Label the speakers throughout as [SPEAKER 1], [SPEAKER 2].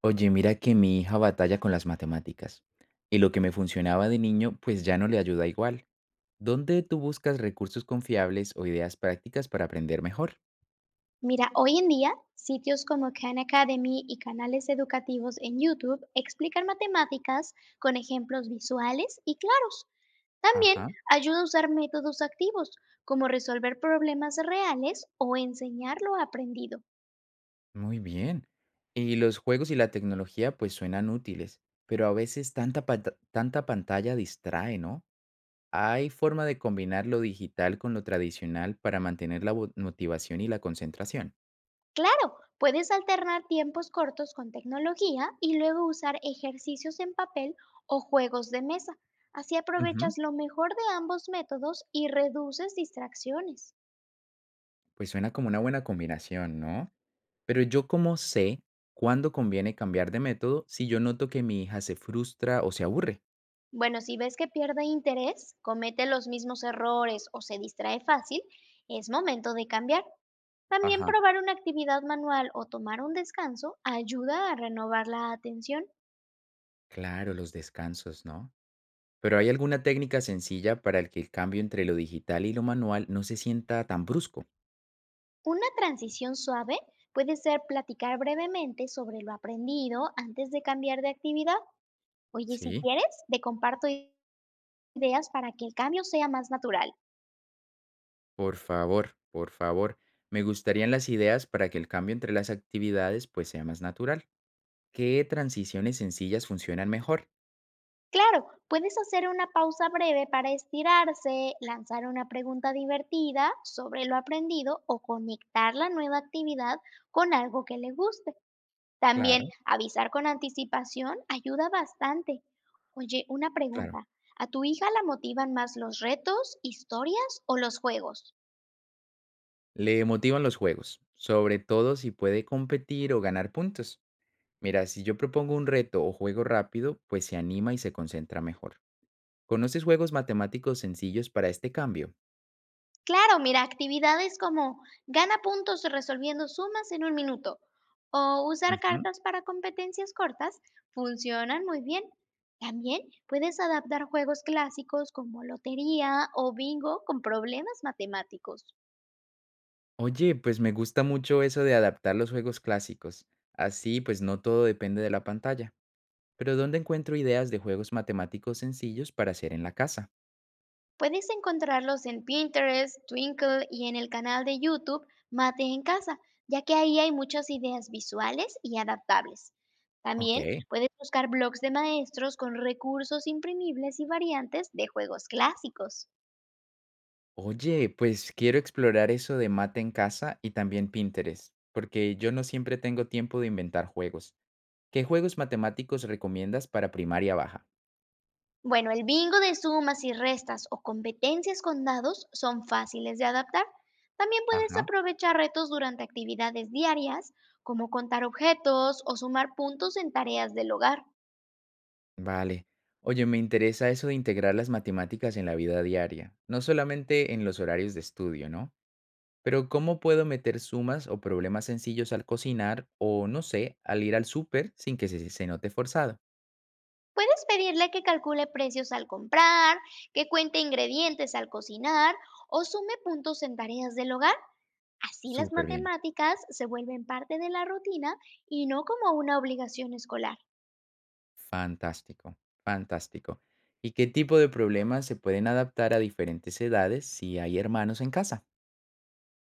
[SPEAKER 1] Oye, mira que mi hija batalla con las matemáticas y lo que me funcionaba de niño pues ya no le ayuda igual. ¿Dónde tú buscas recursos confiables o ideas prácticas para aprender mejor?
[SPEAKER 2] Mira, hoy en día, sitios como Khan Academy y canales educativos en YouTube explican matemáticas con ejemplos visuales y claros. También
[SPEAKER 1] Ajá,
[SPEAKER 2] ayuda a usar métodos activos, como resolver problemas reales o enseñar lo aprendido.
[SPEAKER 1] muy bien. Y los juegos y la tecnología pues suenan útiles, pero a veces tanta pantalla distrae, ¿no? ¿Hay forma de combinar lo digital con lo tradicional para mantener la motivación y la concentración?
[SPEAKER 2] Claro, puedes alternar tiempos cortos con tecnología y luego usar ejercicios en papel o juegos de mesa. Así aprovechas lo mejor de ambos métodos y reduces distracciones.
[SPEAKER 1] Pues suena como una buena combinación, ¿no? Pero yo cómo sé cuándo conviene cambiar de método si yo noto que mi hija se frustra o se aburre.
[SPEAKER 2] Bueno, si ves que pierde interés, comete los mismos errores o se distrae fácil, es momento de cambiar. También
[SPEAKER 1] Ajá.
[SPEAKER 2] probar una actividad manual o tomar un descanso ayuda a renovar la atención.
[SPEAKER 1] Claro, los descansos, ¿no? Pero ¿hay alguna técnica sencilla para el que el cambio entre lo digital y lo manual no se sienta tan brusco?
[SPEAKER 2] Una transición suave puede ser platicar brevemente sobre lo aprendido antes de cambiar de actividad. Oye, si
[SPEAKER 1] Sí,
[SPEAKER 2] quieres, te comparto ideas para que el cambio sea más natural.
[SPEAKER 1] por favor, por favor. Me gustarían las ideas para que el cambio entre las actividades pues sea más natural. ¿Qué transiciones sencillas funcionan mejor?
[SPEAKER 2] Claro, puedes hacer una pausa breve para estirarse, lanzar una pregunta divertida sobre lo aprendido o conectar la nueva actividad con algo que le guste. También
[SPEAKER 1] Claro,
[SPEAKER 2] avisar con anticipación ayuda bastante. Oye, una
[SPEAKER 1] claro.
[SPEAKER 2] pregunta. ¿A tu hija la motivan más los retos, historias o los juegos?
[SPEAKER 1] Le motivan los juegos, sobre todo si puede competir o ganar puntos. Mira, si yo propongo un reto o juego rápido, pues se anima y se concentra mejor. ¿Conoces juegos matemáticos sencillos para este cambio?
[SPEAKER 2] Claro, mira, actividades como gana puntos resolviendo sumas en un minuto o usar
[SPEAKER 1] Ujú.
[SPEAKER 2] cartas para competencias cortas funcionan muy bien. También puedes adaptar juegos clásicos como lotería o bingo con problemas matemáticos.
[SPEAKER 1] Oye, pues me gusta mucho eso de adaptar los juegos clásicos. Así, pues no todo depende de la pantalla. Pero ¿dónde encuentro ideas de juegos matemáticos sencillos para hacer en la casa?
[SPEAKER 2] Puedes encontrarlos en Pinterest, Twinkle y en el canal de YouTube Mate en Casa, ya que ahí hay muchas ideas visuales y adaptables. También
[SPEAKER 1] Ok.
[SPEAKER 2] puedes buscar blogs de maestros con recursos imprimibles y variantes de juegos clásicos.
[SPEAKER 1] Oye, pues quiero explorar eso de Mate en Casa y también Pinterest, porque yo no siempre tengo tiempo de inventar juegos. ¿Qué juegos matemáticos recomiendas para primaria baja?
[SPEAKER 2] Bueno, el bingo de sumas y restas o competencias con dados son fáciles de adaptar. También puedes
[SPEAKER 1] Ajá.
[SPEAKER 2] aprovechar retos durante actividades diarias, como contar objetos o sumar puntos en tareas del hogar.
[SPEAKER 1] Vale. Oye, me interesa eso de integrar las matemáticas en la vida diaria, no solamente en los horarios de estudio, ¿no? Pero ¿cómo puedo meter sumas o problemas sencillos al cocinar o, no sé, al ir al súper sin que se note forzado?
[SPEAKER 2] Puedes pedirle que calcule precios al comprar, que cuente ingredientes al cocinar o sume puntos en tareas del hogar. Así las
[SPEAKER 1] Súper bien.
[SPEAKER 2] matemáticas se vuelven parte de la rutina y no como una obligación escolar.
[SPEAKER 1] Fantástico, fantástico. ¿Y qué tipo de problemas se pueden adaptar a diferentes edades si hay hermanos en casa?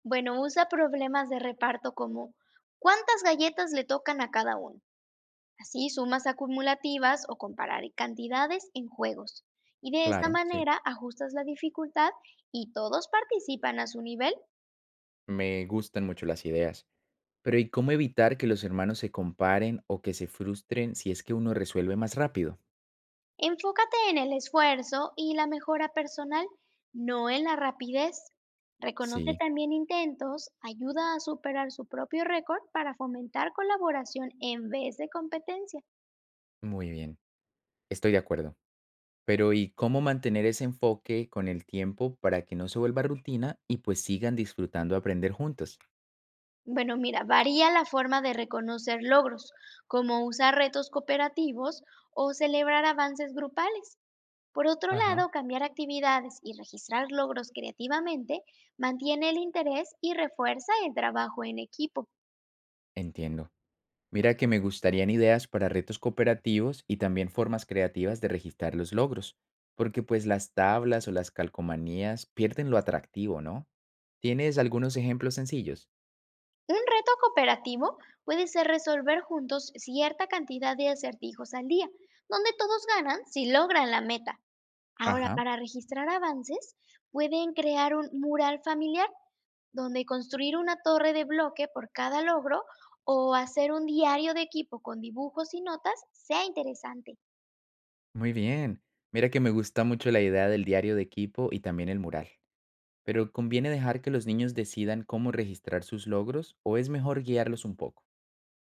[SPEAKER 2] Bueno, usa problemas de reparto como ¿cuántas galletas le tocan a cada uno? Así sumas acumulativas o comparar cantidades en juegos. Y de esta
[SPEAKER 1] Claro, sí,
[SPEAKER 2] manera ajustas la dificultad y todos participan a su nivel.
[SPEAKER 1] me gustan mucho las ideas. Pero ¿y cómo evitar que los hermanos se comparen o que se frustren si es que uno resuelve más rápido?
[SPEAKER 2] Enfócate en el esfuerzo y la mejora personal, no en la rapidez. Reconoce
[SPEAKER 1] Sí,
[SPEAKER 2] también intentos, ayuda a superar su propio récord para fomentar colaboración en vez de competencia.
[SPEAKER 1] muy bien, estoy de acuerdo. Pero ¿y cómo mantener ese enfoque con el tiempo para que no se vuelva rutina y pues sigan disfrutando aprender juntos?
[SPEAKER 2] Bueno, mira, varía la forma de reconocer logros, como usar retos cooperativos o celebrar avances grupales. Por otro
[SPEAKER 1] Ajá.
[SPEAKER 2] lado, cambiar actividades y registrar logros creativamente mantiene el interés y refuerza el trabajo en equipo.
[SPEAKER 1] Entiendo. Mira que me gustarían ideas para retos cooperativos y también formas creativas de registrar los logros, porque pues las tablas o las calcomanías pierden lo atractivo, ¿no? ¿Tienes algunos ejemplos sencillos?
[SPEAKER 2] Un reto cooperativo puede ser resolver juntos cierta cantidad de acertijos al día, donde todos ganan si logran la meta. Ahora,
[SPEAKER 1] Ajá,
[SPEAKER 2] para registrar avances, pueden crear un mural familiar, donde construir una torre de bloque por cada logro o hacer un diario de equipo con dibujos y notas sea interesante.
[SPEAKER 1] muy bien. Mira que me gusta mucho la idea del diario de equipo y también el mural, pero ¿conviene dejar que los niños decidan cómo registrar sus logros o es mejor guiarlos un poco?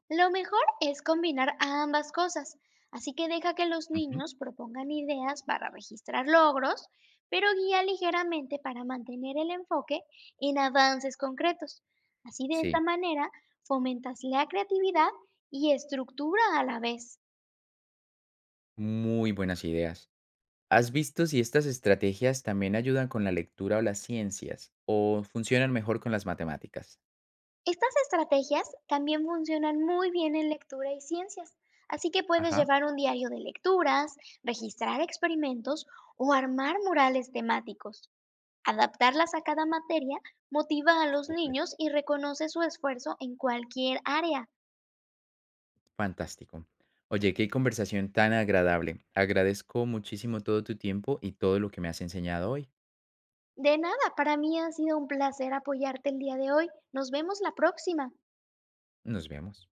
[SPEAKER 2] Lo mejor es combinar ambas cosas, así que deja que los
[SPEAKER 1] Ujú,
[SPEAKER 2] niños propongan ideas para registrar logros, pero guía ligeramente para mantener el enfoque en avances concretos. Así de esta
[SPEAKER 1] sí,
[SPEAKER 2] manera fomentas la creatividad y estructura a la vez.
[SPEAKER 1] muy buenas ideas. ¿Has visto si estas estrategias también ayudan con la lectura o las ciencias o funcionan mejor con las matemáticas?
[SPEAKER 2] Estas estrategias también funcionan muy bien en lectura y ciencias, así que puedes
[SPEAKER 1] Ajá,
[SPEAKER 2] llevar un diario de lecturas, registrar experimentos o armar murales temáticos. Adaptarlas a cada materia motiva a los
[SPEAKER 1] súper.
[SPEAKER 2] niños y reconoce su esfuerzo en cualquier área.
[SPEAKER 1] Fantástico. Oye, qué conversación tan agradable. Agradezco muchísimo todo tu tiempo y todo lo que me has enseñado hoy.
[SPEAKER 2] De nada, para mí ha sido un placer apoyarte el día de hoy. Nos vemos la próxima.
[SPEAKER 1] Nos vemos.